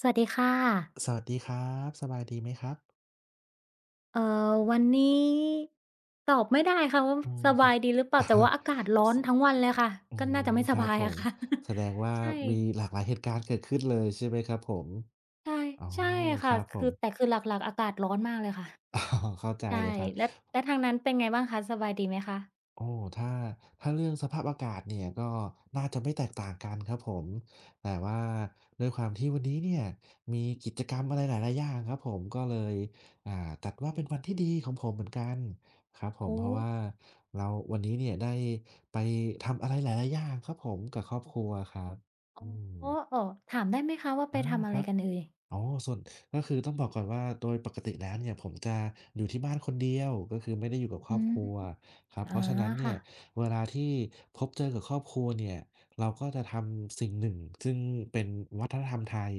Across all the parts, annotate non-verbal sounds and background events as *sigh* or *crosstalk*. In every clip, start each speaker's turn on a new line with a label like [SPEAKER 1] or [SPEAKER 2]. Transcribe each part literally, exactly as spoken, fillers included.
[SPEAKER 1] สวัสดีค่ะ
[SPEAKER 2] สวัสดีครับ สบายดีไหมครับ
[SPEAKER 1] เอ่อวันนี้ตอบไม่ได้ค่ะว่า
[SPEAKER 2] อืม
[SPEAKER 1] สบายดีหรือเป
[SPEAKER 2] *laughs*
[SPEAKER 1] ล่าแต่
[SPEAKER 2] อา
[SPEAKER 1] ว่าอากาศร้อน
[SPEAKER 2] ส
[SPEAKER 1] ทั้งวันเลยค่ะ
[SPEAKER 2] อื
[SPEAKER 1] ก็น่า
[SPEAKER 2] ม
[SPEAKER 1] จะไม่ส
[SPEAKER 2] ครับ
[SPEAKER 1] บาย
[SPEAKER 2] ผ
[SPEAKER 1] อะ
[SPEAKER 2] ม
[SPEAKER 1] ค่ะ
[SPEAKER 2] แสดงว่า
[SPEAKER 1] *laughs* ใช่
[SPEAKER 2] มีหลากหลายเหตุการณ์เกิดขึ้นเลยใช่ไหมครับผม
[SPEAKER 1] ใช่
[SPEAKER 2] อ๋อ
[SPEAKER 1] ใช่
[SPEAKER 2] ค
[SPEAKER 1] ค่ะ
[SPEAKER 2] รับผ
[SPEAKER 1] คื
[SPEAKER 2] ม
[SPEAKER 1] อแต่คือหลักๆอากาศร้อนมากเลยค่ะ
[SPEAKER 2] *laughs* อ๋อเข้าใจเล
[SPEAKER 1] ใช่
[SPEAKER 2] ยครับ
[SPEAKER 1] แล้วแล้วทางนั้นเป็นไงบ้างคะสบายดีไหมคะ
[SPEAKER 2] โอ้ถ้าถ้าเรื่องสภาพอากาศเนี่ยก็น่าจะไม่แตกต่างกันครับผมแต่ว่าด้วยความที่วันนี้เนี่ยมีกิจกรรมอะไรหลายๆอย่างครับผมก็เลยอ่าจัดว่าเป็นวันที่ดีของผมเหมือนกันครับผม
[SPEAKER 1] อ๋อ
[SPEAKER 2] เพราะว่าเราวันนี้เนี่ยได้ไปทำอะไรหลายๆอย่างครับผมกับครอบครัวครับ
[SPEAKER 1] อ๋อ
[SPEAKER 2] อืม
[SPEAKER 1] อ้อถามได้ไหมคะว่าไป
[SPEAKER 2] อา
[SPEAKER 1] ทำ
[SPEAKER 2] ค
[SPEAKER 1] อะไร
[SPEAKER 2] รับ
[SPEAKER 1] กันเอ่ย
[SPEAKER 2] อ๋อส่วนก็คือต้องบอกก่อนว่าโดยปกติแล้วเนี่ยผมจะอยู่ที่บ้านคนเดียวก็คือไม่ได้อยู่กับคร
[SPEAKER 1] อื
[SPEAKER 2] อบ
[SPEAKER 1] ม
[SPEAKER 2] ครัวครับ
[SPEAKER 1] อา
[SPEAKER 2] เพราะฉะนั้นเนี่
[SPEAKER 1] ค่ะ
[SPEAKER 2] ยเวลาที่พบเจอกับครอบครัวเนี่ยเราก็จะทำสิ่งหนึ่งซึ่งเป็นวัฒนธรรมไทย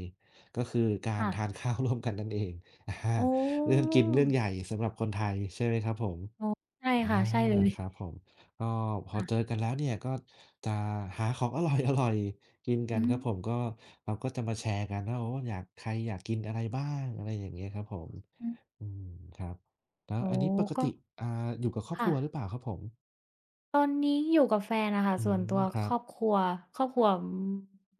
[SPEAKER 2] ก็คือการ
[SPEAKER 1] ค่ะ
[SPEAKER 2] ทานข้าว *laughs* ร่วมกันนั่นเองอา
[SPEAKER 1] อ๋
[SPEAKER 2] เรื่อง
[SPEAKER 1] อ
[SPEAKER 2] กินเรื่องใหญ่สำหรับคนไทยใช่ไหมครับผม
[SPEAKER 1] อ๋อใช่
[SPEAKER 2] อา
[SPEAKER 1] ค่ะใช่เลย
[SPEAKER 2] ครับผมก็พอ
[SPEAKER 1] ค่ะ
[SPEAKER 2] เจอกันแล้วเนี่ยก็จะหาของอร่อยๆกินกัน
[SPEAKER 1] อื
[SPEAKER 2] ค
[SPEAKER 1] ม
[SPEAKER 2] รับผมก็เราก็จะมาแชร์กันว่าโอ้อยากใครอยากกินอะไรบ้างอะไรอย่างเงี้ยครับผม
[SPEAKER 1] อืม
[SPEAKER 2] อืมครับแล้ว
[SPEAKER 1] อ๋อ
[SPEAKER 2] อันนี้ปก
[SPEAKER 1] ก็
[SPEAKER 2] ติอ่าอยู่กับครอบค
[SPEAKER 1] ค่ะ
[SPEAKER 2] รัวหรือเปล่าครับผม
[SPEAKER 1] ตอนนี้อยู่กับแฟนอะค่ะ
[SPEAKER 2] อื
[SPEAKER 1] ส่วนตั
[SPEAKER 2] ม
[SPEAKER 1] ว
[SPEAKER 2] ครั
[SPEAKER 1] ค
[SPEAKER 2] บ
[SPEAKER 1] รอบครัวครอบครัวอืม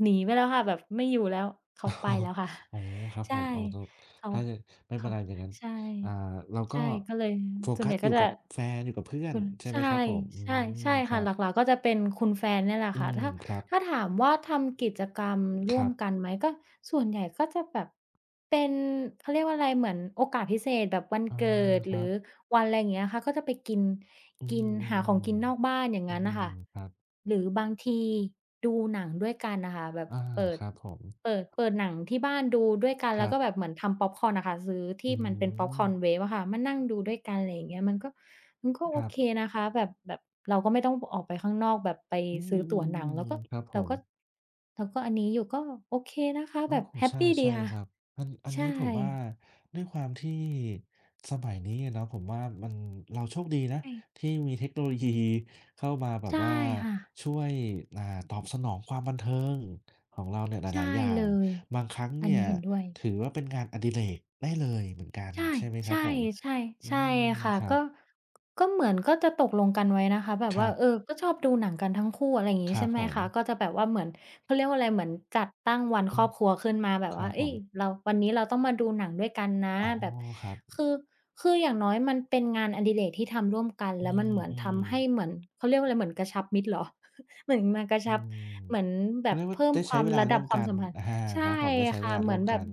[SPEAKER 1] หนีไปแล้วค่ะแบบไม่อยู่แล้ว
[SPEAKER 2] *laughs*
[SPEAKER 1] เขา
[SPEAKER 2] อ๋อ
[SPEAKER 1] ไปแล้วค่ะ
[SPEAKER 2] อ๋อครับ
[SPEAKER 1] *laughs*
[SPEAKER 2] ผ
[SPEAKER 1] ใช่
[SPEAKER 2] มอ๋อต
[SPEAKER 1] เขา
[SPEAKER 2] ถ้ายไม่เป็
[SPEAKER 1] เขา
[SPEAKER 2] นไรอย่างงั้น
[SPEAKER 1] ใช่
[SPEAKER 2] อ่าเราก็
[SPEAKER 1] ใช่ก็เลย
[SPEAKER 2] โฟ
[SPEAKER 1] ส่วน
[SPEAKER 2] กั
[SPEAKER 1] ให
[SPEAKER 2] ส
[SPEAKER 1] ญ่
[SPEAKER 2] อ
[SPEAKER 1] ก็
[SPEAKER 2] ยู่
[SPEAKER 1] จะ
[SPEAKER 2] กับแฟนอยู่กับเพื่อน
[SPEAKER 1] คุณ
[SPEAKER 2] ใช่ไหม
[SPEAKER 1] ใช่
[SPEAKER 2] ครับผมอื
[SPEAKER 1] ใช่
[SPEAKER 2] ม
[SPEAKER 1] ใช่
[SPEAKER 2] ค
[SPEAKER 1] ค่ะ
[SPEAKER 2] รั
[SPEAKER 1] ห
[SPEAKER 2] บ
[SPEAKER 1] ลักๆก็จะเป็นคุณแฟนเนี่ยแหละ
[SPEAKER 2] อื
[SPEAKER 1] ค่ะ
[SPEAKER 2] ม
[SPEAKER 1] ถ้า
[SPEAKER 2] ครับ
[SPEAKER 1] ถ้าถามว่าทำกิจกรรม
[SPEAKER 2] ค
[SPEAKER 1] ร่ว
[SPEAKER 2] รั
[SPEAKER 1] ม
[SPEAKER 2] บ
[SPEAKER 1] กันไหมก็ส่วนใหญ่ก็จะแบบเป็นเขาเรียกว่าอะไรเหมือนโอกาสพิเศษแบบวัน
[SPEAKER 2] อา
[SPEAKER 1] เกิด
[SPEAKER 2] ค
[SPEAKER 1] หรือ
[SPEAKER 2] รับ
[SPEAKER 1] วันอะไรอย่างเงี้ยค่ะก็จะไปกิน
[SPEAKER 2] อื
[SPEAKER 1] กิน
[SPEAKER 2] มอื
[SPEAKER 1] หา
[SPEAKER 2] ม
[SPEAKER 1] ของกินนอกบ้านอย่าง
[SPEAKER 2] อืม
[SPEAKER 1] งั้น
[SPEAKER 2] อื
[SPEAKER 1] น่ะ
[SPEAKER 2] ม
[SPEAKER 1] ค่ะ
[SPEAKER 2] ครับ
[SPEAKER 1] หรือบางทีดูหนังด้วยกันน่ะค่ะแบบ
[SPEAKER 2] อา
[SPEAKER 1] เปิด
[SPEAKER 2] ครับผม
[SPEAKER 1] เปิดเปิดหนังที่บ้านดูด้วยกัน
[SPEAKER 2] ค
[SPEAKER 1] แล้
[SPEAKER 2] รั
[SPEAKER 1] ว
[SPEAKER 2] บ
[SPEAKER 1] ก็แบบเหมือนทำพ็อปคอร์นอะค่ะซื้อที่
[SPEAKER 2] อื
[SPEAKER 1] มันเป็นพ็อปค
[SPEAKER 2] ม
[SPEAKER 1] อร์นเวฟอะค่ะมานั่งดูด้วยกันอะไรอย่างเงี้ยมันก็มันก็
[SPEAKER 2] ค
[SPEAKER 1] โอ
[SPEAKER 2] รับ
[SPEAKER 1] เคนะคะแบบแบบเราก็ไม่ต้องออกไปข้างนอกแบบไป
[SPEAKER 2] อืม
[SPEAKER 1] ซื้อ
[SPEAKER 2] อื
[SPEAKER 1] ตั๋ว
[SPEAKER 2] ม
[SPEAKER 1] หนังแล้ว
[SPEAKER 2] อื
[SPEAKER 1] ก็
[SPEAKER 2] มครับผ
[SPEAKER 1] เรา
[SPEAKER 2] ม
[SPEAKER 1] ก็เราก็อันนี้อยู่ก็โอเคนะคะ
[SPEAKER 2] โอ้
[SPEAKER 1] แบบแฮป
[SPEAKER 2] ใช่
[SPEAKER 1] ปีดี
[SPEAKER 2] ใช่
[SPEAKER 1] ค่ะ
[SPEAKER 2] ครับ อันอัน
[SPEAKER 1] ใช่
[SPEAKER 2] นี้ผมว่าด้วยความที่สมัยนี้อะเนาะผมว่ามันเราโชคดีนะ
[SPEAKER 1] ใช่
[SPEAKER 2] ที่มีเทคโนโลยีเข้ามาแบบ
[SPEAKER 1] ใช่
[SPEAKER 2] ว่า
[SPEAKER 1] ค่ะ
[SPEAKER 2] ช่วยอ่าตอบสนองความบันเทิงของเราเนี่ยหลาย
[SPEAKER 1] ใช่
[SPEAKER 2] ๆอย่า
[SPEAKER 1] เล
[SPEAKER 2] ง
[SPEAKER 1] ย
[SPEAKER 2] บางครั้ง
[SPEAKER 1] อัน
[SPEAKER 2] เนี่ย
[SPEAKER 1] นี้เห็นด้วย
[SPEAKER 2] ถือว่าเป็นงานอดิเรกได้เลยเหมือนกัน
[SPEAKER 1] ใช่
[SPEAKER 2] ใช่ไหมครับ
[SPEAKER 1] ใช่
[SPEAKER 2] ผม
[SPEAKER 1] ใช่
[SPEAKER 2] อื
[SPEAKER 1] ใช่
[SPEAKER 2] ม
[SPEAKER 1] ค่ะ
[SPEAKER 2] ครั
[SPEAKER 1] ก็
[SPEAKER 2] บ
[SPEAKER 1] ก็เหมือนก็จะตกลงกันไว้นะคะแบบ
[SPEAKER 2] ค
[SPEAKER 1] ว่า
[SPEAKER 2] รับ
[SPEAKER 1] เออก็ชอบดูหนังกันทั้งคู่อะไรอย่าง
[SPEAKER 2] ค
[SPEAKER 1] งี้
[SPEAKER 2] รับ
[SPEAKER 1] ใช่ไห
[SPEAKER 2] ผ
[SPEAKER 1] ม
[SPEAKER 2] ม
[SPEAKER 1] คะก็จะแบบว่าเหมือนเขาเรียกว่าอะไรเหมือนจัดตั้งวัน
[SPEAKER 2] อื
[SPEAKER 1] ครอ
[SPEAKER 2] ม
[SPEAKER 1] บครัวขึ้นมาแบบ
[SPEAKER 2] ครั
[SPEAKER 1] ว่า
[SPEAKER 2] บผ
[SPEAKER 1] เฮ้ย
[SPEAKER 2] ม
[SPEAKER 1] เราวันนี้เราต้องมาดูหนังด้วยกันนะ
[SPEAKER 2] อ๋อ
[SPEAKER 1] แบบ
[SPEAKER 2] ครับ
[SPEAKER 1] คือคืออย่างน้อยมันเป็นงานอดิเรกที่ทำร่วมกัน
[SPEAKER 2] อื
[SPEAKER 1] แล้วมันเหมือน
[SPEAKER 2] ม
[SPEAKER 1] ทำให้เห
[SPEAKER 2] ๆ
[SPEAKER 1] มือนเขาเรียกว่าอะไรเหมือนกระชับมิตรเหรอ *laughs* เหมือนมากระ
[SPEAKER 2] อื
[SPEAKER 1] ชับ
[SPEAKER 2] ม
[SPEAKER 1] เหมือนแบ
[SPEAKER 2] เขา
[SPEAKER 1] บ
[SPEAKER 2] เรียกว่า
[SPEAKER 1] เพิ่ม
[SPEAKER 2] ได้
[SPEAKER 1] ค
[SPEAKER 2] ใช้
[SPEAKER 1] วาม
[SPEAKER 2] เวลา
[SPEAKER 1] ระดั
[SPEAKER 2] ร่ว
[SPEAKER 1] บ
[SPEAKER 2] ม
[SPEAKER 1] ควา
[SPEAKER 2] กั
[SPEAKER 1] ม
[SPEAKER 2] น
[SPEAKER 1] สัมพันธ์
[SPEAKER 2] อา
[SPEAKER 1] ใช่
[SPEAKER 2] ครับผมได้ใช้เว
[SPEAKER 1] ค่ะ
[SPEAKER 2] ลา
[SPEAKER 1] เหมื
[SPEAKER 2] ร่ว
[SPEAKER 1] อ
[SPEAKER 2] ม
[SPEAKER 1] นแบ
[SPEAKER 2] กั
[SPEAKER 1] บ
[SPEAKER 2] น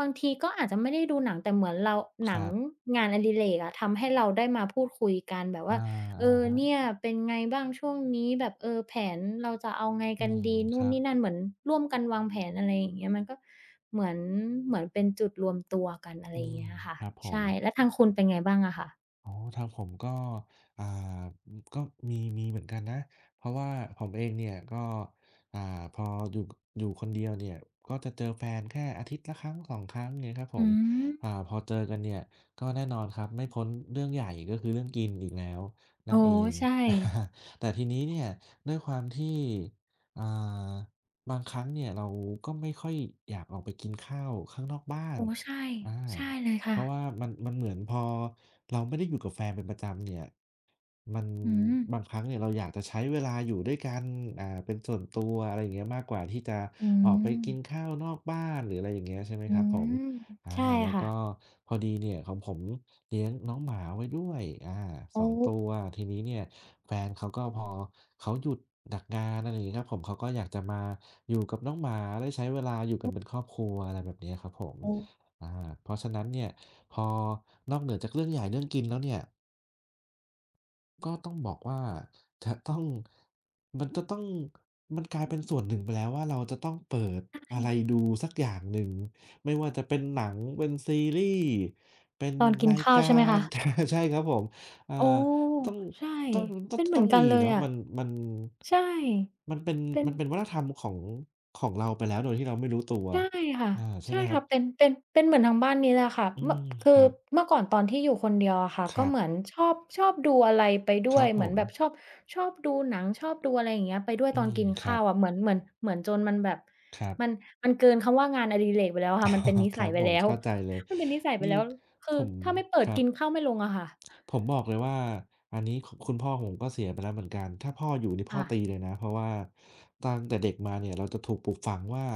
[SPEAKER 1] บางทีก็อาจจะไม่ได้ดูหนังแต่เหมือนเราห
[SPEAKER 2] ค
[SPEAKER 1] นัง
[SPEAKER 2] รับ
[SPEAKER 1] งานอดิเรกอะทำให้เราได้มาพูดคุยกันแบบ
[SPEAKER 2] อา
[SPEAKER 1] ว่าเอ
[SPEAKER 2] อะ
[SPEAKER 1] อ
[SPEAKER 2] ฮะ
[SPEAKER 1] เนี่ยเป็นไงบ้างช่วงนี้แบบเออแผนเราจะเอาไง
[SPEAKER 2] อื
[SPEAKER 1] กัน
[SPEAKER 2] ม
[SPEAKER 1] ดี
[SPEAKER 2] ค
[SPEAKER 1] นู่น
[SPEAKER 2] รับ
[SPEAKER 1] นี่นั่นเหมือนร่วมกันวางแผนอะไรอย่างเงี้ยมันก็เหมือนเหมือนเป็นจุดรวมตัวกันอะไร
[SPEAKER 2] อื
[SPEAKER 1] อย่าง
[SPEAKER 2] ม
[SPEAKER 1] เงี้ยค่ะ
[SPEAKER 2] ครับผม
[SPEAKER 1] ใช่แล้วทางคุณเป็นไงบ้างอะคะ
[SPEAKER 2] อ๋อทางผมก็อ่าก็มีมีเหมือนกันนะเพราะว่าผมเองเนี่ยก็อ่าพออยู่อยู่คนเดียวเนี่ยก็จะเจอแฟนแค่อาทิตย์ละครั้งสองครั้งเงี้ยครับผ
[SPEAKER 1] อื
[SPEAKER 2] ม
[SPEAKER 1] ม
[SPEAKER 2] อ่าพอเจอกันเนี่ยก็แน่นอนครับไม่พ้นเรื่องใหญ่ก็คือเรื่องกินอีกแล้วนั่
[SPEAKER 1] โอ๋
[SPEAKER 2] นเอง
[SPEAKER 1] ใช่
[SPEAKER 2] *laughs* แต่ทีนี้เนี่ยด้วยความที่อ่าบางครั้งเนี่ยเราก็ไม่ค่อยอยากออกไปกินข้าวข้างนอกบ้าน
[SPEAKER 1] โอ้ใช่
[SPEAKER 2] อา
[SPEAKER 1] ใช่เลย
[SPEAKER 2] เพ
[SPEAKER 1] ค่ะ
[SPEAKER 2] ราะว่ามันมันเหมือนพอเราไม่ได้อยู่กับแฟนเป็นประจำเนี่ยมัน
[SPEAKER 1] อืม
[SPEAKER 2] บางครั้งเนี่ยเราอยากจะใช้เวลาอยู่ด้วยกันอ่าเป็นส่วนตัวอะไรอย่างเงี้ยมากกว่าที่จะ
[SPEAKER 1] อื
[SPEAKER 2] ออกไปกิน
[SPEAKER 1] ม
[SPEAKER 2] ข้าวนอกบ้านหรืออะไรอย่างเงี้ยใช่ไหม
[SPEAKER 1] อื
[SPEAKER 2] ครับผม
[SPEAKER 1] ม
[SPEAKER 2] อา
[SPEAKER 1] ใช่
[SPEAKER 2] แล้ว
[SPEAKER 1] ค่ะ
[SPEAKER 2] ก็พอดีเนี่ยของผมเลี้ยงน้องหมาไว้ด้วยอาส
[SPEAKER 1] โอ้
[SPEAKER 2] องตัวทีนี้เนี่ยแฟนเขาก็พอเขาหยุดจากงานอะไรอย่างงี้ครับผมเขาก็อยากจะมาอยู่กับน้องหมาได้ใช้เวลาอยู่กัน
[SPEAKER 1] โอ้
[SPEAKER 2] เป็นครอบครัวอะไรแบบเนี้ยครับผม
[SPEAKER 1] โฮ
[SPEAKER 2] อาเพราะฉะนั้นเนี่ย พอนอกเหนือจากเรื่องใหญ่เรื่องกินแล้วเนี่ยก็ต้องบอกว่าจะต้อง *laughs* มันจะต้องมันกลายเป็นส่วนหนึ่งไปแล้วว่าเราจะต้องเปิด
[SPEAKER 1] ใช่
[SPEAKER 2] อะไรดูสักอย่างหนึ่งไม่ว่าจะเป็นหนังเป็นซีรีส์เป็น
[SPEAKER 1] ตอนกิน
[SPEAKER 2] ราย
[SPEAKER 1] ข้าว
[SPEAKER 2] กา
[SPEAKER 1] ใช่ไหม
[SPEAKER 2] ร
[SPEAKER 1] คะ
[SPEAKER 2] *laughs* ใช่ครับผมอ่า
[SPEAKER 1] โอ้
[SPEAKER 2] ต้อง
[SPEAKER 1] ใช่
[SPEAKER 2] ต้องต้อง
[SPEAKER 1] เป็นเหมื
[SPEAKER 2] ต้อ
[SPEAKER 1] อ
[SPEAKER 2] ง
[SPEAKER 1] นกั
[SPEAKER 2] มี
[SPEAKER 1] นเลย
[SPEAKER 2] เนาะ
[SPEAKER 1] อะ
[SPEAKER 2] มันมัน
[SPEAKER 1] ใช่
[SPEAKER 2] มันเป็น
[SPEAKER 1] เป็น
[SPEAKER 2] มันเป็นวัฒนธรรมของของเราไปแล้วโดยที่เราไม่รู้ตัว
[SPEAKER 1] ใช่ค่ะ
[SPEAKER 2] อาใช่
[SPEAKER 1] ใช่
[SPEAKER 2] ไหมครับ
[SPEAKER 1] ค่ะเป็นเป็นเป็นเหมือนทางบ้านนี้แหละค่ะ
[SPEAKER 2] อื
[SPEAKER 1] เมื่อ
[SPEAKER 2] ม
[SPEAKER 1] คื
[SPEAKER 2] ค
[SPEAKER 1] อ
[SPEAKER 2] รับ
[SPEAKER 1] เมื่อก่อนตอนที่อยู่คนเดียวอะค่ะ
[SPEAKER 2] ค
[SPEAKER 1] ก็
[SPEAKER 2] รับ
[SPEAKER 1] เหมือนชอบชอบดูอะไรไปด้
[SPEAKER 2] ค
[SPEAKER 1] ว
[SPEAKER 2] รั
[SPEAKER 1] ย
[SPEAKER 2] บผ
[SPEAKER 1] เหมือน
[SPEAKER 2] ม
[SPEAKER 1] แบบชอบชอบดูหนังชอบดูอะไรอย่างเงี้ยไปด้วย
[SPEAKER 2] อื
[SPEAKER 1] ตอน
[SPEAKER 2] ม
[SPEAKER 1] กิน
[SPEAKER 2] ครั
[SPEAKER 1] ข้า
[SPEAKER 2] บ
[SPEAKER 1] วอะเหมือนเหมือนเหมือนจนมันแบบ
[SPEAKER 2] ครับ
[SPEAKER 1] มันมันเกินคำว่างานอดิเรกไปแล้วอะค่ะมันเป็นนิ
[SPEAKER 2] *laughs* ค
[SPEAKER 1] สั
[SPEAKER 2] รั
[SPEAKER 1] ย
[SPEAKER 2] บ
[SPEAKER 1] ไป
[SPEAKER 2] ผม
[SPEAKER 1] แล้ว
[SPEAKER 2] เข้าใจเลย
[SPEAKER 1] *laughs* มันเป็นนิสัยไป
[SPEAKER 2] นี่
[SPEAKER 1] แล้ว
[SPEAKER 2] ผ
[SPEAKER 1] คือ
[SPEAKER 2] ม
[SPEAKER 1] ถ้าไม่เปิ
[SPEAKER 2] ค
[SPEAKER 1] ด
[SPEAKER 2] รับ
[SPEAKER 1] กินข้าวไม่ลงอะค่ะ
[SPEAKER 2] ผมบอกเลยว่าอันนี้คคุณพ่อผมก็เสียไปแล้วเหมือนกันถ้าพ่ออยู่นี่พ่อ
[SPEAKER 1] ค่ะ
[SPEAKER 2] ตีเลยนะเพราะว่าตั้งแต่เด็กมาเนี่ยเราจะถูกปลูกฝังว่า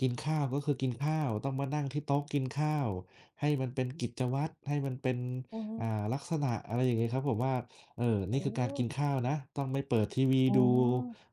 [SPEAKER 2] กินข้าวก็คือกินข้าวต้องมานั่งที่โต๊ะกินข้าวให้มันเป็นกิจวัตรให้มันเป็น
[SPEAKER 1] ออโฮ
[SPEAKER 2] อ่าลักษณะอะไรอย่างงี้ครับผมว่าเอ่อนี่
[SPEAKER 1] โอ้
[SPEAKER 2] คือการกินข้าวนะต้องไม่เปิดทีวี
[SPEAKER 1] อ๋อ
[SPEAKER 2] ดู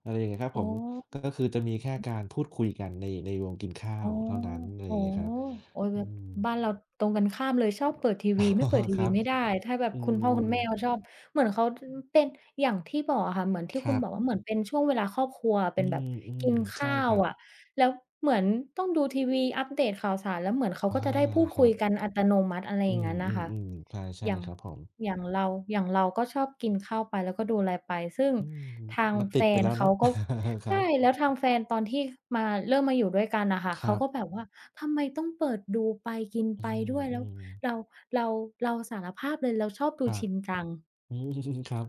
[SPEAKER 2] อะไรอย่างเงี้ยครับ
[SPEAKER 1] อ๋
[SPEAKER 2] ผ
[SPEAKER 1] อ
[SPEAKER 2] มก็คือจะมีแค่การพูดคุยกันในในวงกินข้า
[SPEAKER 1] อ๋อ
[SPEAKER 2] วเท่านั้นอะไรอ
[SPEAKER 1] อ๋อ
[SPEAKER 2] ย่างเงี้ยครับ
[SPEAKER 1] โอ๊ย
[SPEAKER 2] อื
[SPEAKER 1] แบบ
[SPEAKER 2] ม
[SPEAKER 1] บ้านเราตรงกันข้ามเลยชอบเปิดทีวี
[SPEAKER 2] *laughs* อ๋
[SPEAKER 1] ไม่
[SPEAKER 2] อ
[SPEAKER 1] เปิดที
[SPEAKER 2] ครั
[SPEAKER 1] วี
[SPEAKER 2] บ
[SPEAKER 1] ไม่ได้ถ้าแบบ
[SPEAKER 2] อื
[SPEAKER 1] คุณพ่
[SPEAKER 2] ม
[SPEAKER 1] อคุณแม่เขาชอบเหมือนเขาอืมเป็นอย่างที่บอกอะค่ะเหมือนที่
[SPEAKER 2] ค
[SPEAKER 1] คุ
[SPEAKER 2] รั
[SPEAKER 1] ณ
[SPEAKER 2] บ
[SPEAKER 1] บอกว่าเหมือนเป็นช่วงเวลาครอบครัว
[SPEAKER 2] อื
[SPEAKER 1] เป็นแบบ
[SPEAKER 2] มอืม
[SPEAKER 1] กิน
[SPEAKER 2] ใช่
[SPEAKER 1] ข้า
[SPEAKER 2] ค
[SPEAKER 1] ว
[SPEAKER 2] รับ
[SPEAKER 1] อะแล้วเหมือนต้องดูทีวีอัปเดตข่าวสารแล้วเหมือนเขา
[SPEAKER 2] อา
[SPEAKER 1] ก็จะได้พูด
[SPEAKER 2] ค
[SPEAKER 1] คุ
[SPEAKER 2] รั
[SPEAKER 1] ย
[SPEAKER 2] บ
[SPEAKER 1] กันอัตโนมัติอะไรอ
[SPEAKER 2] อื
[SPEAKER 1] ย่างงั้นน่ะค่ะ
[SPEAKER 2] มๆๆใช่ใช่
[SPEAKER 1] อย่าง
[SPEAKER 2] ครับผม
[SPEAKER 1] อย่างเราอย่างเราก็ชอบกินข้าวไปแล้วก็ดูอะไรไปซึ่ง
[SPEAKER 2] อืม
[SPEAKER 1] ทาง
[SPEAKER 2] มันติ
[SPEAKER 1] แฟ
[SPEAKER 2] ดไป
[SPEAKER 1] น
[SPEAKER 2] แล้ว
[SPEAKER 1] เขา
[SPEAKER 2] เนาะ
[SPEAKER 1] ก็
[SPEAKER 2] *laughs* ครับ
[SPEAKER 1] ใช่แล้วทางแฟนตอนที่มาเริ่มมาอยู่ด้วยกันน่ะค่ะ
[SPEAKER 2] ครั
[SPEAKER 1] เขา
[SPEAKER 2] บ
[SPEAKER 1] ก็แบบว่าทำไมต้องเปิดดูไปกิน
[SPEAKER 2] อื
[SPEAKER 1] ไปด้วยแล้ว
[SPEAKER 2] ม
[SPEAKER 1] เรา
[SPEAKER 2] ๆ
[SPEAKER 1] เราเราสารภาพเลยเราชอบดู
[SPEAKER 2] ครับ
[SPEAKER 1] ชินจัง
[SPEAKER 2] *laughs* อืมครับ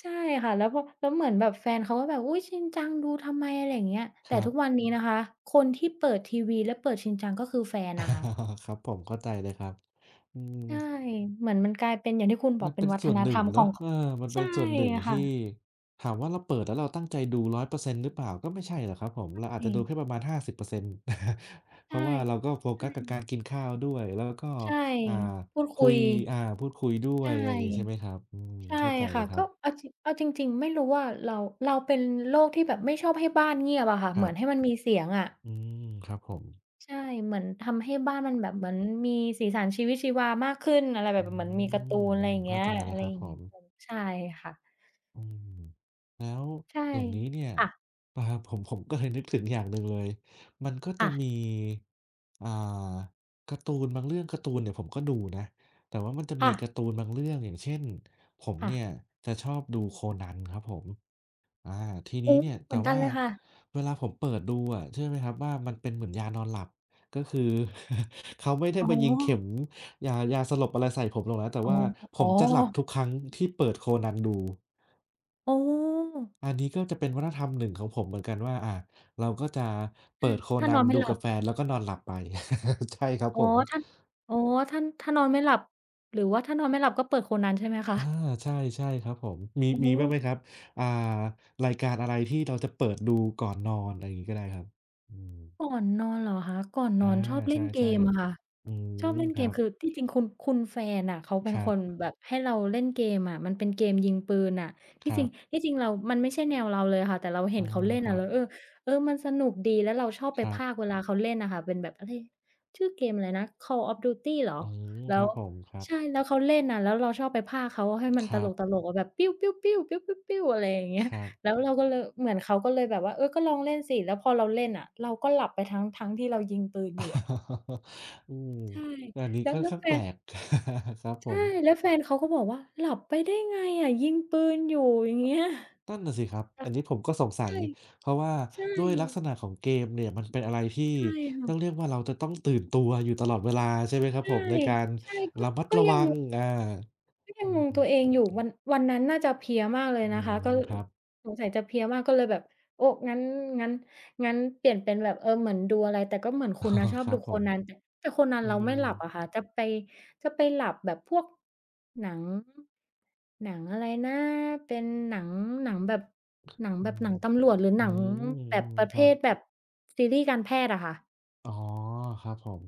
[SPEAKER 1] ใช่ค่ะแล้วพอแล้วเหมือนแบบแฟนเขาก็แบบอุ๊ยชินจังดูทำไมอะไรอย่างเงี้ย
[SPEAKER 2] ค
[SPEAKER 1] แต่
[SPEAKER 2] รั
[SPEAKER 1] ทุกวัน
[SPEAKER 2] บ
[SPEAKER 1] นี้นะคะคนที่เปิดทีวีและเปิดชินจังก็คือแฟนน่ะค่ะ
[SPEAKER 2] *laughs* ครับผมเข้าใจเลยครับอืม
[SPEAKER 1] ใช่เหมือนมันกลายเป็นอย่างที่คุณบอ
[SPEAKER 2] มั
[SPEAKER 1] ก
[SPEAKER 2] น
[SPEAKER 1] เป็
[SPEAKER 2] เป็
[SPEAKER 1] น
[SPEAKER 2] น
[SPEAKER 1] วัฒ
[SPEAKER 2] ส่วน
[SPEAKER 1] น
[SPEAKER 2] ห
[SPEAKER 1] ธ
[SPEAKER 2] นึ่
[SPEAKER 1] ร
[SPEAKER 2] ง
[SPEAKER 1] รมขอ
[SPEAKER 2] เนาะ
[SPEAKER 1] งค
[SPEAKER 2] เออมันเป็
[SPEAKER 1] ใช่
[SPEAKER 2] นส่วนหนึ่งที่
[SPEAKER 1] ค่ะ
[SPEAKER 2] ถามว่าเราเปิดแล้วเราตั้งใจดูหนึ่งร้อยเปอร์เซ็นต์หรือเปล่าก็ไม่ใช่หรอกครับผมเราอาจจะ
[SPEAKER 1] ใช่
[SPEAKER 2] ดูแค่ประมาณห้าสิบเปอร์เซ็นต์ *laughs* เพ
[SPEAKER 1] ใช่
[SPEAKER 2] ราะว่าเราก็โฟ
[SPEAKER 1] ใช่
[SPEAKER 2] กัสกับการกินข้าวด้วยแล้วก็
[SPEAKER 1] ใช่
[SPEAKER 2] อ่า
[SPEAKER 1] พูด
[SPEAKER 2] คุ
[SPEAKER 1] คุ
[SPEAKER 2] ย
[SPEAKER 1] ย
[SPEAKER 2] อ่าพูดคุยด้วย
[SPEAKER 1] ใช่
[SPEAKER 2] อะไรอย่างงี้ใช่ไหมครับอืม
[SPEAKER 1] ใช่
[SPEAKER 2] เข้าใจเล
[SPEAKER 1] ค่ะ
[SPEAKER 2] ยครั
[SPEAKER 1] ก็
[SPEAKER 2] บ
[SPEAKER 1] เอาจริงเอาจริงๆไม่รู้ว่าเราเราเป็นโรคที่แบบไม่ชอบให้บ้านเงียบอะค่ะ
[SPEAKER 2] ค
[SPEAKER 1] เห
[SPEAKER 2] รั
[SPEAKER 1] มือนให้
[SPEAKER 2] บ
[SPEAKER 1] มันมีเสียงอะ
[SPEAKER 2] อืมครับผม
[SPEAKER 1] ใช่เหมือนทำให้บ้านมันแบบเหมือนมีสีสันชีวิตชีวามากขึ้นอะไรแบ
[SPEAKER 2] อื
[SPEAKER 1] บเหมือนมีการ์ตู
[SPEAKER 2] ม
[SPEAKER 1] นอะ
[SPEAKER 2] อื
[SPEAKER 1] ไรอ
[SPEAKER 2] ม
[SPEAKER 1] ย่าง
[SPEAKER 2] เข้า
[SPEAKER 1] เงี้ย
[SPEAKER 2] ใจเล
[SPEAKER 1] อะ
[SPEAKER 2] ย
[SPEAKER 1] ไร
[SPEAKER 2] ครั
[SPEAKER 1] อ
[SPEAKER 2] บ
[SPEAKER 1] ย่า
[SPEAKER 2] ผ
[SPEAKER 1] งเงี้ย
[SPEAKER 2] ม
[SPEAKER 1] ใช่ค่ะ
[SPEAKER 2] อืมแล้ว
[SPEAKER 1] ใช่
[SPEAKER 2] อย่างนี้เนี่ย
[SPEAKER 1] ค่ะ
[SPEAKER 2] อ่าผมผมก็เลยนึกถึงอย่างหนึ่งเลยมันก็จะมี
[SPEAKER 1] ค่ะ
[SPEAKER 2] อ่าการ์ตูนบางเรื่องการ์ตูนเนี่ยผมก็ดูนะแต่ว่ามันจะมี
[SPEAKER 1] ค่ะ
[SPEAKER 2] การ์ตูนบางเรื่องอย่างเช่นผม
[SPEAKER 1] ค่ะ
[SPEAKER 2] เนี่ยจะชอบดูโคนันครับผมอาที
[SPEAKER 1] โอ้
[SPEAKER 2] นี้เนี่ย
[SPEAKER 1] เหมื
[SPEAKER 2] แต่
[SPEAKER 1] อนกัน
[SPEAKER 2] ว่า
[SPEAKER 1] เลยค่ะ
[SPEAKER 2] เวลาผมเปิดดูอะเชื่อไหมครับว่ามันเป็นเหมือนยานอนหลับก็คือ *laughs* เขาไม่ได้
[SPEAKER 1] อ๋อ
[SPEAKER 2] มายิงเข็มยายาสลบอะไรใส่ผมหรอกนะแต่
[SPEAKER 1] อ๋อ
[SPEAKER 2] ว่าผ
[SPEAKER 1] อ๋อ
[SPEAKER 2] มจะหลับทุกครั้งที่เปิดโคนันดู
[SPEAKER 1] อ๋อ
[SPEAKER 2] อันนี้ก็จะเป็นวัฒนธรรมหนึ่งของผมเหมือนกันว่าอ่าเราก็จะ
[SPEAKER 1] อื
[SPEAKER 2] เปิ
[SPEAKER 1] ม
[SPEAKER 2] ดโค
[SPEAKER 1] ถ้า
[SPEAKER 2] นั
[SPEAKER 1] นอ
[SPEAKER 2] น
[SPEAKER 1] นไม่
[SPEAKER 2] ดู
[SPEAKER 1] หลั
[SPEAKER 2] กับ
[SPEAKER 1] บ
[SPEAKER 2] แฟนแล้วก็นอนหลับไป *laughs* ใช่ครับ
[SPEAKER 1] อ๋อ
[SPEAKER 2] ผม
[SPEAKER 1] ถ้าอ๋อถ้าถ้านอนไม่หลับหรือว่าถ้านอนไม่หลับก็เปิดโคนันใช่ไหมคะ
[SPEAKER 2] อาใช่ใช่ครับผมมี
[SPEAKER 1] อ๋อ
[SPEAKER 2] มีบ้างไหมครับอ่ารายการอะไรที่เราจะเปิดดูก่อนนอนอะไรอย่างงี้ก็ได้ครับอืม
[SPEAKER 1] ก่อนนอนเหรอคะก่อนน
[SPEAKER 2] อา
[SPEAKER 1] อนชอบเล่
[SPEAKER 2] ใช่
[SPEAKER 1] นเก
[SPEAKER 2] ใช่
[SPEAKER 1] ม
[SPEAKER 2] ครับ
[SPEAKER 1] อะค่ะ
[SPEAKER 2] อื
[SPEAKER 1] ชอบ
[SPEAKER 2] ม
[SPEAKER 1] เล่น
[SPEAKER 2] ค
[SPEAKER 1] เก
[SPEAKER 2] รั
[SPEAKER 1] ม
[SPEAKER 2] บ
[SPEAKER 1] คือที่จริงคุณคุณแฟนน่ะเขาเป็
[SPEAKER 2] ค
[SPEAKER 1] น
[SPEAKER 2] รั
[SPEAKER 1] ค
[SPEAKER 2] บ
[SPEAKER 1] นแบบให้เราเล่นเกมอะมันเป็นเกมยิงปืนน่ะ
[SPEAKER 2] ค
[SPEAKER 1] ที่
[SPEAKER 2] รั
[SPEAKER 1] จริง
[SPEAKER 2] บ
[SPEAKER 1] ที่จริงเรามันไม่ใช่แนวเราเลยค่ะแต่เราเห็
[SPEAKER 2] อา
[SPEAKER 1] นเขาเล่น
[SPEAKER 2] ค
[SPEAKER 1] อะ
[SPEAKER 2] รับ
[SPEAKER 1] เราเออเออมันสนุกดีแล้วเราชอบไป
[SPEAKER 2] ครับ
[SPEAKER 1] พากย์เวลาเขาเล่นน่ะค่ะเป็นแบบอะไรชื่อเกมอะไรนะ Call of Duty เหรอ
[SPEAKER 2] อืม
[SPEAKER 1] แล้
[SPEAKER 2] ค
[SPEAKER 1] ว
[SPEAKER 2] รับผมครับ
[SPEAKER 1] ใช่แล้วเขาเล่นน่ะแล้วเราชอบไปพากย์เขาให้มั
[SPEAKER 2] ค
[SPEAKER 1] นต
[SPEAKER 2] รับ
[SPEAKER 1] ลกๆอะแบบปิ้วๆๆปิ้วๆๆอะไรอย่าง
[SPEAKER 2] ค
[SPEAKER 1] เงี้ย
[SPEAKER 2] รับ
[SPEAKER 1] แล้วเราก็เลยเหมือนเขาก็เลยแบบว่าเออก็ลองเล่นสิแล้วพอเราเล่นอะเราก็หลับไปทั้งทั้งที่เรายิงปืนอยู่อะ
[SPEAKER 2] *laughs* อืม
[SPEAKER 1] ใช่
[SPEAKER 2] อันนี้
[SPEAKER 1] แล้ว
[SPEAKER 2] ค่อน
[SPEAKER 1] แล้ว
[SPEAKER 2] ข้าง
[SPEAKER 1] แฟ
[SPEAKER 2] แปล
[SPEAKER 1] น
[SPEAKER 2] ก *laughs* ครับผ
[SPEAKER 1] ใช่
[SPEAKER 2] ม
[SPEAKER 1] แล้วแฟนเขาก็บอกว่าหลับไปได้ไงอะยิงปืนอยู่อย่างเงี้ย
[SPEAKER 2] นั่นน่ะสิครับ
[SPEAKER 1] *laughs* แต่
[SPEAKER 2] อันนี้ผมก็สงสัยเพราะว่า
[SPEAKER 1] ใช่
[SPEAKER 2] ด้วยลักษณะของเกมเนี่ยมันเป็นอะไรที่
[SPEAKER 1] ใช่ใช่
[SPEAKER 2] ต้อง
[SPEAKER 1] ค่ะ
[SPEAKER 2] เรียกว่าเราจะต้องตื่นตัวอยู่ตลอดเวลาใช่ไหมครับผ
[SPEAKER 1] ใช่
[SPEAKER 2] มในการ
[SPEAKER 1] ใช่ก็
[SPEAKER 2] ระมัด
[SPEAKER 1] ก็
[SPEAKER 2] ระ
[SPEAKER 1] ยั
[SPEAKER 2] วั
[SPEAKER 1] ง
[SPEAKER 2] งอา
[SPEAKER 1] ยั
[SPEAKER 2] อื
[SPEAKER 1] งงงตัวเอ
[SPEAKER 2] ม
[SPEAKER 1] งอยู่วันวันนั้นน่าจะเพลียมากเล
[SPEAKER 2] อื
[SPEAKER 1] ยนะคะ
[SPEAKER 2] ม
[SPEAKER 1] ก็
[SPEAKER 2] ครับ
[SPEAKER 1] สงสัยจะเพลียมากก็เลยแบบโอ้งั้นงั้นงั้นเปลี่ยนเป็นแบบเออเหมือนดูอะไรแต่ก็เหมือน
[SPEAKER 2] *laughs* อ๋
[SPEAKER 1] คุ
[SPEAKER 2] อ
[SPEAKER 1] ณนะชอบ
[SPEAKER 2] ครั
[SPEAKER 1] ดู
[SPEAKER 2] บผ
[SPEAKER 1] โค
[SPEAKER 2] ม
[SPEAKER 1] นันแต่แต่โคนัน
[SPEAKER 2] อื
[SPEAKER 1] เราไม่ห
[SPEAKER 2] ม
[SPEAKER 1] ลับอะค่ะจะไปจะไปหลับแบบพวกหนังหนังอะไรนะเป็นหนังหนังแบบหนัง
[SPEAKER 2] อื
[SPEAKER 1] แบบห
[SPEAKER 2] ม
[SPEAKER 1] นังตำรวจหรือห
[SPEAKER 2] อื
[SPEAKER 1] นัง
[SPEAKER 2] ม
[SPEAKER 1] แบ
[SPEAKER 2] อื
[SPEAKER 1] บ
[SPEAKER 2] ม
[SPEAKER 1] ประ
[SPEAKER 2] ค
[SPEAKER 1] เภ
[SPEAKER 2] รับ
[SPEAKER 1] ทแบบซีรีส์การแพทย์อะค่ะ
[SPEAKER 2] อ๋อครับผม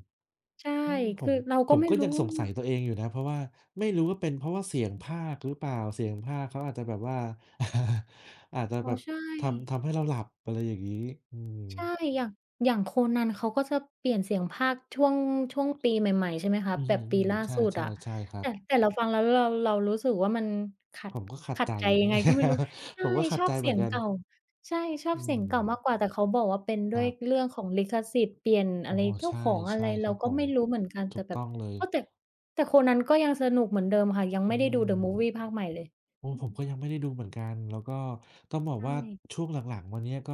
[SPEAKER 1] ใช่
[SPEAKER 2] อืมผ
[SPEAKER 1] คื
[SPEAKER 2] ม
[SPEAKER 1] อเรา
[SPEAKER 2] ผ
[SPEAKER 1] ก็
[SPEAKER 2] ม
[SPEAKER 1] ไม่
[SPEAKER 2] ก็ยัง
[SPEAKER 1] รู้
[SPEAKER 2] สง
[SPEAKER 1] ล
[SPEAKER 2] สัยตัวเองอยู่นะเพราะว่าไม่รู้ว่าเป็นเพราะว่าเสียงพากย์หรือเปล่าเสียงพากย์เขาอาจจะแบบว่า *laughs* อาจจะ
[SPEAKER 1] อ๋
[SPEAKER 2] แบ
[SPEAKER 1] อ
[SPEAKER 2] บ
[SPEAKER 1] ใช่
[SPEAKER 2] ทำทำให้เราหลับอะไรอย่างนี้อืม
[SPEAKER 1] ใช่อย่างอย่างโคนันเขาก็จะเปลี่ยนเสียงพากย์ช่วงช่วงปีใหม่ๆใช่ไหมคะ
[SPEAKER 2] อื
[SPEAKER 1] แบบปี
[SPEAKER 2] ม
[SPEAKER 1] ล่า
[SPEAKER 2] ๆใช่
[SPEAKER 1] สุดอะ
[SPEAKER 2] ๆใช่ครับ
[SPEAKER 1] แต่แต่เราฟังแล้วเราเรารู้สึกว่ามันขั
[SPEAKER 2] ผ
[SPEAKER 1] ด
[SPEAKER 2] มก็ขัด
[SPEAKER 1] ขัด
[SPEAKER 2] ใจ
[SPEAKER 1] ใจยังไงก็ไม่รู้
[SPEAKER 2] *laughs* ผ
[SPEAKER 1] ใช่
[SPEAKER 2] มก็ขั
[SPEAKER 1] ช
[SPEAKER 2] ด
[SPEAKER 1] อ
[SPEAKER 2] ใจ
[SPEAKER 1] บ
[SPEAKER 2] เห
[SPEAKER 1] เสี
[SPEAKER 2] มือ
[SPEAKER 1] ย
[SPEAKER 2] น
[SPEAKER 1] ง
[SPEAKER 2] กัน
[SPEAKER 1] เก่าใช่ชอบ
[SPEAKER 2] อื
[SPEAKER 1] เสียงเก่า
[SPEAKER 2] ม
[SPEAKER 1] มากกว่าแต่เขาบอกว่าเป็น
[SPEAKER 2] ค
[SPEAKER 1] ด้ว
[SPEAKER 2] รั
[SPEAKER 1] ย
[SPEAKER 2] บ
[SPEAKER 1] เรื่องของลิขสิทธิ์เปลี่ยน
[SPEAKER 2] อ๋
[SPEAKER 1] อะ
[SPEAKER 2] อ
[SPEAKER 1] ไรเจ้าข
[SPEAKER 2] ใช่
[SPEAKER 1] องอะไร
[SPEAKER 2] ใช่ค
[SPEAKER 1] เรา
[SPEAKER 2] รับผ
[SPEAKER 1] ก็
[SPEAKER 2] ม
[SPEAKER 1] ไม่รู้เหมือนกัน
[SPEAKER 2] ถู
[SPEAKER 1] แต่
[SPEAKER 2] ก
[SPEAKER 1] แบบ
[SPEAKER 2] ต้องเลย
[SPEAKER 1] อ้าวแต่แต่โคนันก็ยังสนุกเหมือนเดิมค่ะยัง
[SPEAKER 2] อื
[SPEAKER 1] ไม่ได้ดู The
[SPEAKER 2] ม
[SPEAKER 1] Movie ภาคใหม่เลย
[SPEAKER 2] โอ้ผมก็ยังไม่ได้ดูเหมือนกันแล้วก็ต้องบอก
[SPEAKER 1] ใช
[SPEAKER 2] ว่า
[SPEAKER 1] ่
[SPEAKER 2] ช่วงหลังๆมาเนี้ยก็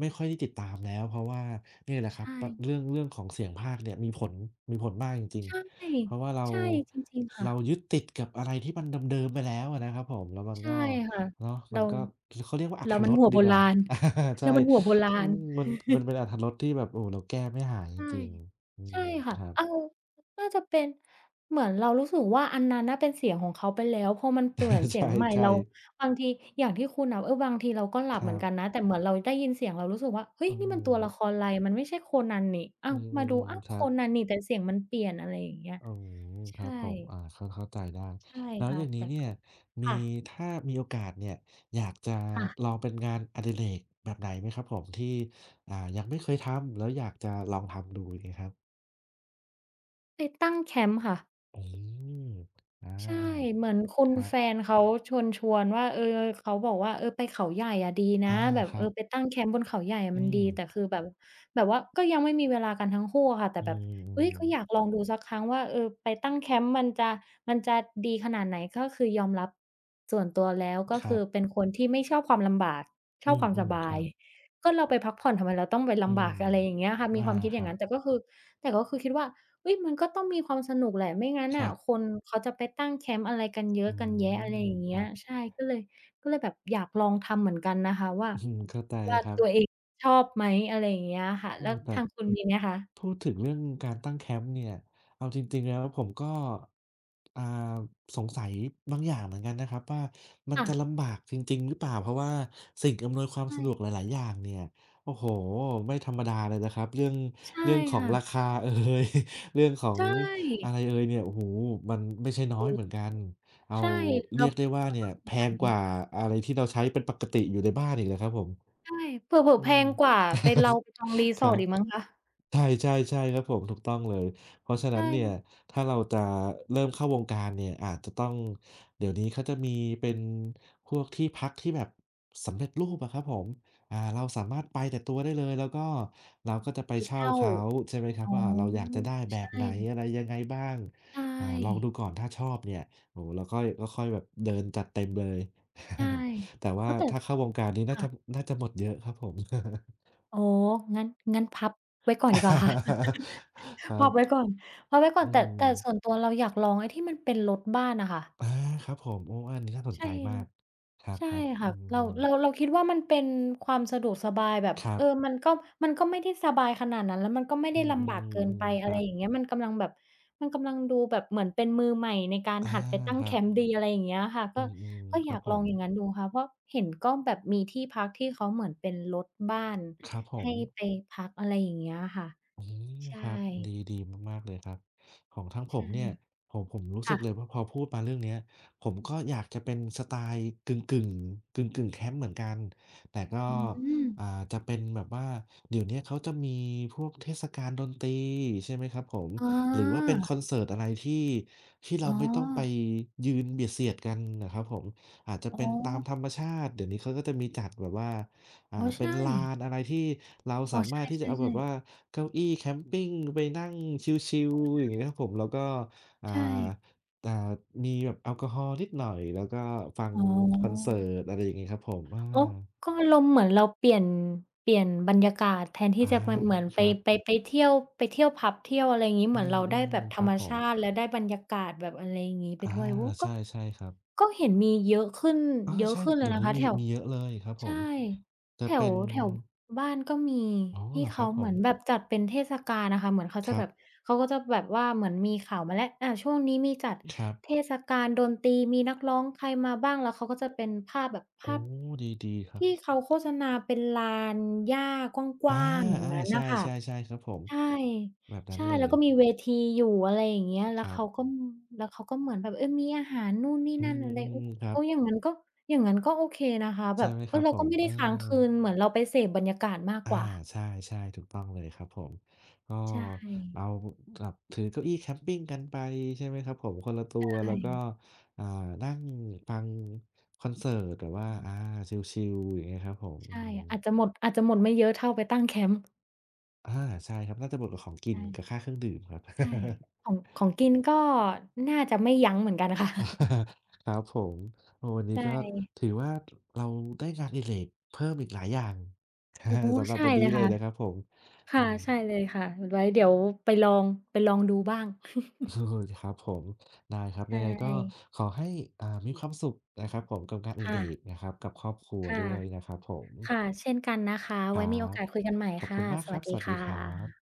[SPEAKER 2] ไม่ค่อยได้ติดตามแล้วเพราะว่าเนี่ยแหละครับ
[SPEAKER 1] ใช่
[SPEAKER 2] ปเรื่องเรื่องของเสียงพากย์เนี่ยมีผลมีผลมากจริง
[SPEAKER 1] ใช่
[SPEAKER 2] ๆเพราะว่าเรา
[SPEAKER 1] ใช่จริงๆค่ะ
[SPEAKER 2] เรายึดติดกับอะไรที่มันเดิมๆไปแล้วอะนะครับผมแล้วมัน
[SPEAKER 1] ใช่
[SPEAKER 2] ก็
[SPEAKER 1] ค่ะ
[SPEAKER 2] เนาะมัน
[SPEAKER 1] เรา
[SPEAKER 2] ก็เขาเรียกว่าอรร
[SPEAKER 1] แล้ว
[SPEAKER 2] ถ
[SPEAKER 1] มั
[SPEAKER 2] ร
[SPEAKER 1] น
[SPEAKER 2] ส
[SPEAKER 1] หัว
[SPEAKER 2] ดี
[SPEAKER 1] โบ
[SPEAKER 2] กว่า
[SPEAKER 1] ราณ
[SPEAKER 2] *laughs* อาใช่
[SPEAKER 1] แล้วมันหัวโบ
[SPEAKER 2] อื
[SPEAKER 1] ราณ
[SPEAKER 2] มมันมันเป็นอรรถรสที่แบบโอ้เราแก้ไม่หายจ
[SPEAKER 1] ใช่
[SPEAKER 2] ริงๆอื
[SPEAKER 1] ใช่
[SPEAKER 2] มค
[SPEAKER 1] ค่ะ
[SPEAKER 2] รั
[SPEAKER 1] เอา
[SPEAKER 2] บ
[SPEAKER 1] น่าจะเป็นเหมือนเรารู้สึกว่าอันนั้นน่ะเป็นเสียงของเขาไปแล้วพอมันเปลี่ยน
[SPEAKER 2] *laughs* ใ
[SPEAKER 1] เสียงใหม่
[SPEAKER 2] ช่
[SPEAKER 1] เรา
[SPEAKER 2] ๆ
[SPEAKER 1] บางทีอย่างที่คุณนะเออบางทีเราก็หลั
[SPEAKER 2] ค
[SPEAKER 1] บเหมื
[SPEAKER 2] รั
[SPEAKER 1] อน
[SPEAKER 2] บ
[SPEAKER 1] กันนะแต่เหมือนเราได้ยินเสียงเรารู้สึกว่าเฮ้ย
[SPEAKER 2] อื
[SPEAKER 1] นี่มัน
[SPEAKER 2] ม
[SPEAKER 1] ตัวละครไรมันไม่ใช่โคนันนี่อ้า
[SPEAKER 2] อื
[SPEAKER 1] วมา
[SPEAKER 2] ม
[SPEAKER 1] ดูอ้าว
[SPEAKER 2] ๆๆค
[SPEAKER 1] โค
[SPEAKER 2] รับ
[SPEAKER 1] นันนี่แต่เสียงมันเปลี่ยนอะไรอย่างเงี้ย
[SPEAKER 2] อืมครั
[SPEAKER 1] ใช่
[SPEAKER 2] บผมอาเข้าเข้าใจได้
[SPEAKER 1] ใช่
[SPEAKER 2] แล้วอ
[SPEAKER 1] ค่ะ
[SPEAKER 2] ย่างนี้
[SPEAKER 1] แต่
[SPEAKER 2] เนี่ย
[SPEAKER 1] ก็
[SPEAKER 2] มี
[SPEAKER 1] ค่ะ
[SPEAKER 2] ถ้ามีโอกาสเนี่ยอยากจะลอ
[SPEAKER 1] ค่ะ
[SPEAKER 2] งเป็นงานอดิเรกแบบไหนไหมครับผมที่อ่ายังไม่เคยทำแล้วอยากจะลองทำดูอะ้ครับ
[SPEAKER 1] ไปตั้งแคมป์ค่ะ
[SPEAKER 2] อืมอ
[SPEAKER 1] ใช่
[SPEAKER 2] า
[SPEAKER 1] เหมือนคุณ
[SPEAKER 2] ครับ
[SPEAKER 1] แฟนเขาชวนๆวนว่าเออเขาบอกว่าเออไปเขาใหญ่อะดีนะ
[SPEAKER 2] อา
[SPEAKER 1] แบบ
[SPEAKER 2] ค
[SPEAKER 1] เอ
[SPEAKER 2] รั
[SPEAKER 1] อ
[SPEAKER 2] บ
[SPEAKER 1] ไปตั้งแคมป์บนเขาใหญ่อะ
[SPEAKER 2] อื
[SPEAKER 1] มัน
[SPEAKER 2] ม
[SPEAKER 1] ดีแต่คือแบบแบบว่าก็ยังไม่มีเวลากันทั้งคู่อะค่ะแต่
[SPEAKER 2] อื
[SPEAKER 1] แบบ
[SPEAKER 2] มอื
[SPEAKER 1] เฮ้
[SPEAKER 2] ม
[SPEAKER 1] ยก็อยากลองดูสักครั้งว่าเออไปตั้งแคมป์มันจะมันจะดีขนาดไหนก็คือยอมรับส่วนตัวแล้วก็
[SPEAKER 2] ค
[SPEAKER 1] คื
[SPEAKER 2] รั
[SPEAKER 1] อ
[SPEAKER 2] บ
[SPEAKER 1] เป็นคนที่ไม่ชอบความลำบากช
[SPEAKER 2] อื
[SPEAKER 1] อบค
[SPEAKER 2] ม
[SPEAKER 1] วาม
[SPEAKER 2] อื
[SPEAKER 1] ส
[SPEAKER 2] มค
[SPEAKER 1] บา
[SPEAKER 2] รั
[SPEAKER 1] ย
[SPEAKER 2] บ
[SPEAKER 1] ก็เราไปพักผ่อนทำไมเราต้องไป
[SPEAKER 2] อื
[SPEAKER 1] ลำ
[SPEAKER 2] ม
[SPEAKER 1] บากอะไรอย่างเงี้ยค่ะมี
[SPEAKER 2] อา
[SPEAKER 1] ความคิด
[SPEAKER 2] ค
[SPEAKER 1] อย่า
[SPEAKER 2] รั
[SPEAKER 1] งงั้นแต่
[SPEAKER 2] บ
[SPEAKER 1] ก็คือแต่ก็คือคิดว่า เฮ้ยมันก็ต้องมีความสนุกแหละไม่งั้น
[SPEAKER 2] ค
[SPEAKER 1] น่ะ
[SPEAKER 2] รับ
[SPEAKER 1] คนเขาจะไปตั้งแคมป์อะไรกันเย
[SPEAKER 2] อื
[SPEAKER 1] อะกันแยะอะไร
[SPEAKER 2] ม
[SPEAKER 1] อย่าง
[SPEAKER 2] ค
[SPEAKER 1] เงี้ย
[SPEAKER 2] รับ
[SPEAKER 1] ใช่ก็เลยก็เลยแบบอยากลองทำเหมือนกันนะคะว่า
[SPEAKER 2] *laughs* อืมเข้าใจ
[SPEAKER 1] ว่า
[SPEAKER 2] ครั
[SPEAKER 1] ตัวเอ
[SPEAKER 2] บ
[SPEAKER 1] งชอบไหมอะไรอย่างเงี้ยค่ะ
[SPEAKER 2] โอ้
[SPEAKER 1] แล้ว
[SPEAKER 2] แต่
[SPEAKER 1] ทางคุณมีไหมคะ
[SPEAKER 2] พูดถึงเรื่องการตั้งแคมป์เนี่ยเอาจริงๆแล้วผมก็อ่าสงสัยบางอย่างเหมือนกันนะครับว่ามัน
[SPEAKER 1] ค่ะ
[SPEAKER 2] จะลำบากจริงๆหรือเปล่าเพราะว่าสิ่งอำนวยความสะดวก
[SPEAKER 1] ใช่
[SPEAKER 2] หลายๆอย่างเนี่ยโอ้โฮไม่ธรรมดาเลยนะครับเรื่อง
[SPEAKER 1] ใช่
[SPEAKER 2] เรื่องของรา
[SPEAKER 1] ค่ะ
[SPEAKER 2] คาเอย *laughs* เรื่องของ
[SPEAKER 1] ใช
[SPEAKER 2] อะ
[SPEAKER 1] ่
[SPEAKER 2] ไรเอยเนี่ยโอ้โฮมันไม่ใช่น้อย
[SPEAKER 1] โอ้
[SPEAKER 2] เหมือนกันเอา
[SPEAKER 1] ใช่เรา
[SPEAKER 2] เรียกได้ว่า
[SPEAKER 1] เรา
[SPEAKER 2] เนี่
[SPEAKER 1] ก็
[SPEAKER 2] ย
[SPEAKER 1] สง
[SPEAKER 2] แพ
[SPEAKER 1] สั
[SPEAKER 2] ง
[SPEAKER 1] ย
[SPEAKER 2] กว่าอะไรที่เราใช้เป็นปกติอยู่ในบ้านอีกเลยครับผม
[SPEAKER 1] ใช่เผลอ
[SPEAKER 2] อื
[SPEAKER 1] ๆแพ
[SPEAKER 2] ม
[SPEAKER 1] งกว่าไปเราไปจอง
[SPEAKER 2] *laughs* ครั
[SPEAKER 1] resort
[SPEAKER 2] บ
[SPEAKER 1] อีกมั้งคะ
[SPEAKER 2] ใช่ใช่ใช่ครับผมถูกต้องเลยเพราะฉะนั้นเนี่ย
[SPEAKER 1] ใช่
[SPEAKER 2] ถ้าเราจะเริ่มเข้าวงการเนี่ยอาจจะต้องเดี๋ยวนี้เขาจะมีเป็นพวกที่พักที่แบบสำเร็จรูปอะครับผมอ่าเราสามารถไปแต่ตัวได้เลยแล้วก็เราก็จะไป
[SPEAKER 1] ไป
[SPEAKER 2] เช่า
[SPEAKER 1] เช่า
[SPEAKER 2] เขาใช่ไหมครั
[SPEAKER 1] อ๋
[SPEAKER 2] บ
[SPEAKER 1] อ
[SPEAKER 2] ว่าอ่าเราอยากจะได้แบ
[SPEAKER 1] ใช
[SPEAKER 2] บไหนอะไร
[SPEAKER 1] ่
[SPEAKER 2] ยังไงบ้าง
[SPEAKER 1] ใช่
[SPEAKER 2] อ่าลองดูก่อนถ้าชอบเนี่ยโอ้เราค่อยก็ค่อยแบบเดินจัดเต็มเลย
[SPEAKER 1] ใช่
[SPEAKER 2] *laughs* แต่ว่า
[SPEAKER 1] อ้อแต่
[SPEAKER 2] ถ้าเข้าวงการนี้น่าจะ
[SPEAKER 1] ค่ะ
[SPEAKER 2] น่าจะหมดเยอะครับผม
[SPEAKER 1] อ๋องั้นงั้นพับไว้ก่อนดีกว่า *laughs* ค่ะ
[SPEAKER 2] *laughs* ค
[SPEAKER 1] *laughs*
[SPEAKER 2] รั
[SPEAKER 1] พับไว้
[SPEAKER 2] บ
[SPEAKER 1] ก่อนพับไว้ก่อน
[SPEAKER 2] อื
[SPEAKER 1] แต่
[SPEAKER 2] ม
[SPEAKER 1] แต่ส่วนตัวเราอยากลองไอ้ที่มันเป็นรถบ้านอะค่ะ
[SPEAKER 2] อาครับผมโอ้อันนี้น่าสนใจ
[SPEAKER 1] ใช่
[SPEAKER 2] มากค
[SPEAKER 1] ใช่
[SPEAKER 2] รับๆ
[SPEAKER 1] ค่ะ
[SPEAKER 2] อื
[SPEAKER 1] เรา
[SPEAKER 2] ม
[SPEAKER 1] เราเราคิดว่ามันเป็นความสะดวกสบายแบบ
[SPEAKER 2] ครั
[SPEAKER 1] เอ
[SPEAKER 2] บ
[SPEAKER 1] อมันก็มันก็ไม่ได้สบายขนาดนั้นแล้วมันก็ไม่
[SPEAKER 2] อื
[SPEAKER 1] ได้ลำบากเกินไป
[SPEAKER 2] มๆๆค
[SPEAKER 1] อะไร
[SPEAKER 2] รับ
[SPEAKER 1] อย่างเงี้ยมันกำลังแบบมันกำลังดูแบบเหมือนเป็นมือใหม่ในการ
[SPEAKER 2] อา
[SPEAKER 1] หัดไปตั้ง
[SPEAKER 2] ค
[SPEAKER 1] แค
[SPEAKER 2] รับ
[SPEAKER 1] มป์ดีอะไรอย่างเงี้ยค่ะ
[SPEAKER 2] อื
[SPEAKER 1] ก็
[SPEAKER 2] ม
[SPEAKER 1] ก็
[SPEAKER 2] ๆค
[SPEAKER 1] อ
[SPEAKER 2] รั
[SPEAKER 1] ยา
[SPEAKER 2] บ
[SPEAKER 1] ก
[SPEAKER 2] ผ
[SPEAKER 1] ลอง
[SPEAKER 2] ม
[SPEAKER 1] อย่างงั้นดูค่ะเพราะเห็นก็แบบมีที่พักที่เขาเหมือนเป็นรถบ้าน
[SPEAKER 2] ครับผ
[SPEAKER 1] ให้
[SPEAKER 2] ม
[SPEAKER 1] ไปพักอะไรอย่างเงี้ยค่ะ
[SPEAKER 2] อืม
[SPEAKER 1] ใช่
[SPEAKER 2] ครับดีดีมากๆเลยครับของทั้งผม
[SPEAKER 1] ใช่
[SPEAKER 2] เนี่ยผมผมรู้สึ
[SPEAKER 1] ค่ะ
[SPEAKER 2] กเลยว่าพอพูดมาเรื่องเนี้ยผมก็อยากจะเป็นสไตล์กึ่งๆกึ่งกึ่งแคมป์เหมือนกันแต่ก็
[SPEAKER 1] อืม
[SPEAKER 2] อ่าจะเป็นแบบว่าเดี๋ยวเนี้ยเขาจะมีพวกเทศกาลดนตรีใช่ไหมครับผม
[SPEAKER 1] อ๋อ
[SPEAKER 2] หรือว่าเป็นคอนเสิร์ตอะไรที่ที่เรา
[SPEAKER 1] อ๋อ
[SPEAKER 2] ไม่ต้องไปยืนเบียดเสียดกันนะครับผมอาจจะ
[SPEAKER 1] อ๋อ
[SPEAKER 2] เป็นตามธรรมชาติเดี๋ยวนี้เขาก็จะมีจัดแบบว่าอ่า
[SPEAKER 1] อ๋อ
[SPEAKER 2] เป็น
[SPEAKER 1] ใช่
[SPEAKER 2] ลานอะไรที่เรา
[SPEAKER 1] อ๋
[SPEAKER 2] สา
[SPEAKER 1] อ
[SPEAKER 2] มารถที่
[SPEAKER 1] ใช
[SPEAKER 2] จะเอาแบ
[SPEAKER 1] ่
[SPEAKER 2] บ
[SPEAKER 1] ๆ
[SPEAKER 2] ว่า
[SPEAKER 1] ๆ
[SPEAKER 2] เก้าอี้แคมปิงไปนั่งชิลๆอย่างงี้ครับผมแล้วก็อ่า
[SPEAKER 1] ใช่
[SPEAKER 2] อ่ามีแบบแอลกอฮอล์นิดหน่อยแล้วก็ฟัง
[SPEAKER 1] อ๋
[SPEAKER 2] คอนเสิ
[SPEAKER 1] อ
[SPEAKER 2] ร์ตอะไรอย่างงี้ครับผมอ
[SPEAKER 1] อ๋อ
[SPEAKER 2] า
[SPEAKER 1] ก็อารมณ์เหมือนเราเปลี่ยนเปลี่ยนบรรยากาศแทนที่
[SPEAKER 2] อา
[SPEAKER 1] จะไปเหมือน
[SPEAKER 2] ค
[SPEAKER 1] ไป
[SPEAKER 2] รับ
[SPEAKER 1] ไปไปเที่ยวไปเที่ยวผับเที่ยวอะไรอย่างงี้เห
[SPEAKER 2] อื
[SPEAKER 1] มือนเราได้
[SPEAKER 2] ม
[SPEAKER 1] แบบ
[SPEAKER 2] ๆ
[SPEAKER 1] ธ
[SPEAKER 2] ค
[SPEAKER 1] ร
[SPEAKER 2] รั
[SPEAKER 1] ร
[SPEAKER 2] บ
[SPEAKER 1] ม
[SPEAKER 2] ผม
[SPEAKER 1] ชาติและได้บรรยากาศแบบอะไรอย่างงี้ไป
[SPEAKER 2] อา
[SPEAKER 1] ด้วยโอ้ก็
[SPEAKER 2] ใช่ใช่ครับ
[SPEAKER 1] ก็เห็นมีเยอะขึ้น
[SPEAKER 2] อา
[SPEAKER 1] เยอะ
[SPEAKER 2] ใช่
[SPEAKER 1] ขึ้นเล
[SPEAKER 2] เดี๋
[SPEAKER 1] ย
[SPEAKER 2] ยว
[SPEAKER 1] นะ
[SPEAKER 2] นี้
[SPEAKER 1] คะ
[SPEAKER 2] มี
[SPEAKER 1] แถว
[SPEAKER 2] มีเยอะเลยครับผม
[SPEAKER 1] ใช่
[SPEAKER 2] จะ
[SPEAKER 1] แถว
[SPEAKER 2] เป็น
[SPEAKER 1] แถวบ้านก็มี
[SPEAKER 2] อ๋อ
[SPEAKER 1] ที่
[SPEAKER 2] เหรอค
[SPEAKER 1] เขา
[SPEAKER 2] รับผ
[SPEAKER 1] เหมื
[SPEAKER 2] ม
[SPEAKER 1] อนแบบจัดเป็นเทศกาลน่ะค่ะเหมือนเขา
[SPEAKER 2] ค
[SPEAKER 1] จะ
[SPEAKER 2] รั
[SPEAKER 1] แบบ
[SPEAKER 2] บ
[SPEAKER 1] เขาก็จะแบบว่าเหมือนมีข่าวมาแล้วอาช่วงนี้มีจัด
[SPEAKER 2] ครับ
[SPEAKER 1] เทศกาลดนตรีมีนักร้องใครมาบ้างแล้วเขาก็จะเป็นภาพแบบภา
[SPEAKER 2] โอ้
[SPEAKER 1] พ
[SPEAKER 2] ดีๆครับ
[SPEAKER 1] ที่เขาโฆษณาเป็นลาน
[SPEAKER 2] อา
[SPEAKER 1] อย่างงั้น
[SPEAKER 2] ๆใช
[SPEAKER 1] น่ะค่ะ
[SPEAKER 2] ่ๆๆครับผม
[SPEAKER 1] ใช่
[SPEAKER 2] แบบนั้น
[SPEAKER 1] ใช่
[SPEAKER 2] เล
[SPEAKER 1] แล้ว
[SPEAKER 2] ย
[SPEAKER 1] ก็มีเวทีอยู่อะไรอย่างเงี้ยแล้
[SPEAKER 2] ค
[SPEAKER 1] ว
[SPEAKER 2] รั
[SPEAKER 1] เขาก็
[SPEAKER 2] บ
[SPEAKER 1] แล้วเขาก็เหมือนแบบเออมีอาหารนู่นนี่
[SPEAKER 2] อื
[SPEAKER 1] นั่นอะไรโอ้
[SPEAKER 2] มๆๆครั
[SPEAKER 1] โอ้
[SPEAKER 2] บ
[SPEAKER 1] อย่างงั้นก็อย่างงั้นก็โอเคนะคะแบ
[SPEAKER 2] ใช่
[SPEAKER 1] บ
[SPEAKER 2] ไหม
[SPEAKER 1] เอ
[SPEAKER 2] ค
[SPEAKER 1] อ
[SPEAKER 2] รับ
[SPEAKER 1] เรา
[SPEAKER 2] ผ
[SPEAKER 1] ก็
[SPEAKER 2] ม
[SPEAKER 1] ไม่ได้
[SPEAKER 2] เออ
[SPEAKER 1] ค้างคืน เหมือนเราไปเสพบรรยากาศมาก
[SPEAKER 2] อา
[SPEAKER 1] กว่า
[SPEAKER 2] ใช่ๆถูกต้องเลยครับผมก็
[SPEAKER 1] ใช่
[SPEAKER 2] เอาแบบถือเก้าอี้แคมปิงกันไปใช่ไหมครับผม คนละตั
[SPEAKER 1] ใช
[SPEAKER 2] ว แล้วก็
[SPEAKER 1] ่
[SPEAKER 2] อ่านั่งฟังคอนเสิร์ตแบบว่าอาชิลๆอย่างเงี้ยครับผม
[SPEAKER 1] ๆ
[SPEAKER 2] อื
[SPEAKER 1] ใช่
[SPEAKER 2] ม
[SPEAKER 1] อาจจะหมดอาจจะหมดไม่เยอะเท่าไปตั้งแคมป์
[SPEAKER 2] อาใช่ครับ น่าจะบวกกับของกินกับ
[SPEAKER 1] ใช่
[SPEAKER 2] ค่าเครื่องดื่มครับ *laughs*
[SPEAKER 1] ใช่ของของกินก็น่าจะไม่ยั้งเหมือนกันค่ะ *laughs*
[SPEAKER 2] อาครับผมโอ้วันนี้
[SPEAKER 1] ใช่
[SPEAKER 2] ก็ถือว่าเราได้งานอดิเรกเพิ่มอีกหลายอย่าง *laughs* อา
[SPEAKER 1] โอ้โฮ
[SPEAKER 2] สำหรับ
[SPEAKER 1] ใช่
[SPEAKER 2] วัน
[SPEAKER 1] เล
[SPEAKER 2] นี้
[SPEAKER 1] ย
[SPEAKER 2] เลย
[SPEAKER 1] ค่ะ
[SPEAKER 2] นะครับผมอื
[SPEAKER 1] ค่ะ
[SPEAKER 2] ม
[SPEAKER 1] ใช่เลยค่ะไว้เดี๋ยวไปลอง ไปลองดูบ้าง
[SPEAKER 2] เออ
[SPEAKER 1] *laughs*
[SPEAKER 2] ครับผมได้ครับ
[SPEAKER 1] ใช่
[SPEAKER 2] ยังไงก็ขอให้อ่ามีความสุขนะครับผมกับงานอดิเร
[SPEAKER 1] ค่ะ
[SPEAKER 2] กนะครับกับครอบครัว
[SPEAKER 1] ค่ะ
[SPEAKER 2] ด้วยนะครับผม
[SPEAKER 1] ค่ะเช่นกันนะคะ
[SPEAKER 2] ค
[SPEAKER 1] ไว้
[SPEAKER 2] รั
[SPEAKER 1] มีโอ
[SPEAKER 2] บ
[SPEAKER 1] กาสคุยกันใหม่
[SPEAKER 2] ขอบคุ
[SPEAKER 1] ค่ะ
[SPEAKER 2] ณมาก
[SPEAKER 1] ส
[SPEAKER 2] ครั
[SPEAKER 1] วัส
[SPEAKER 2] บส
[SPEAKER 1] ดี
[SPEAKER 2] วัสดี
[SPEAKER 1] ค่ะ
[SPEAKER 2] ครับ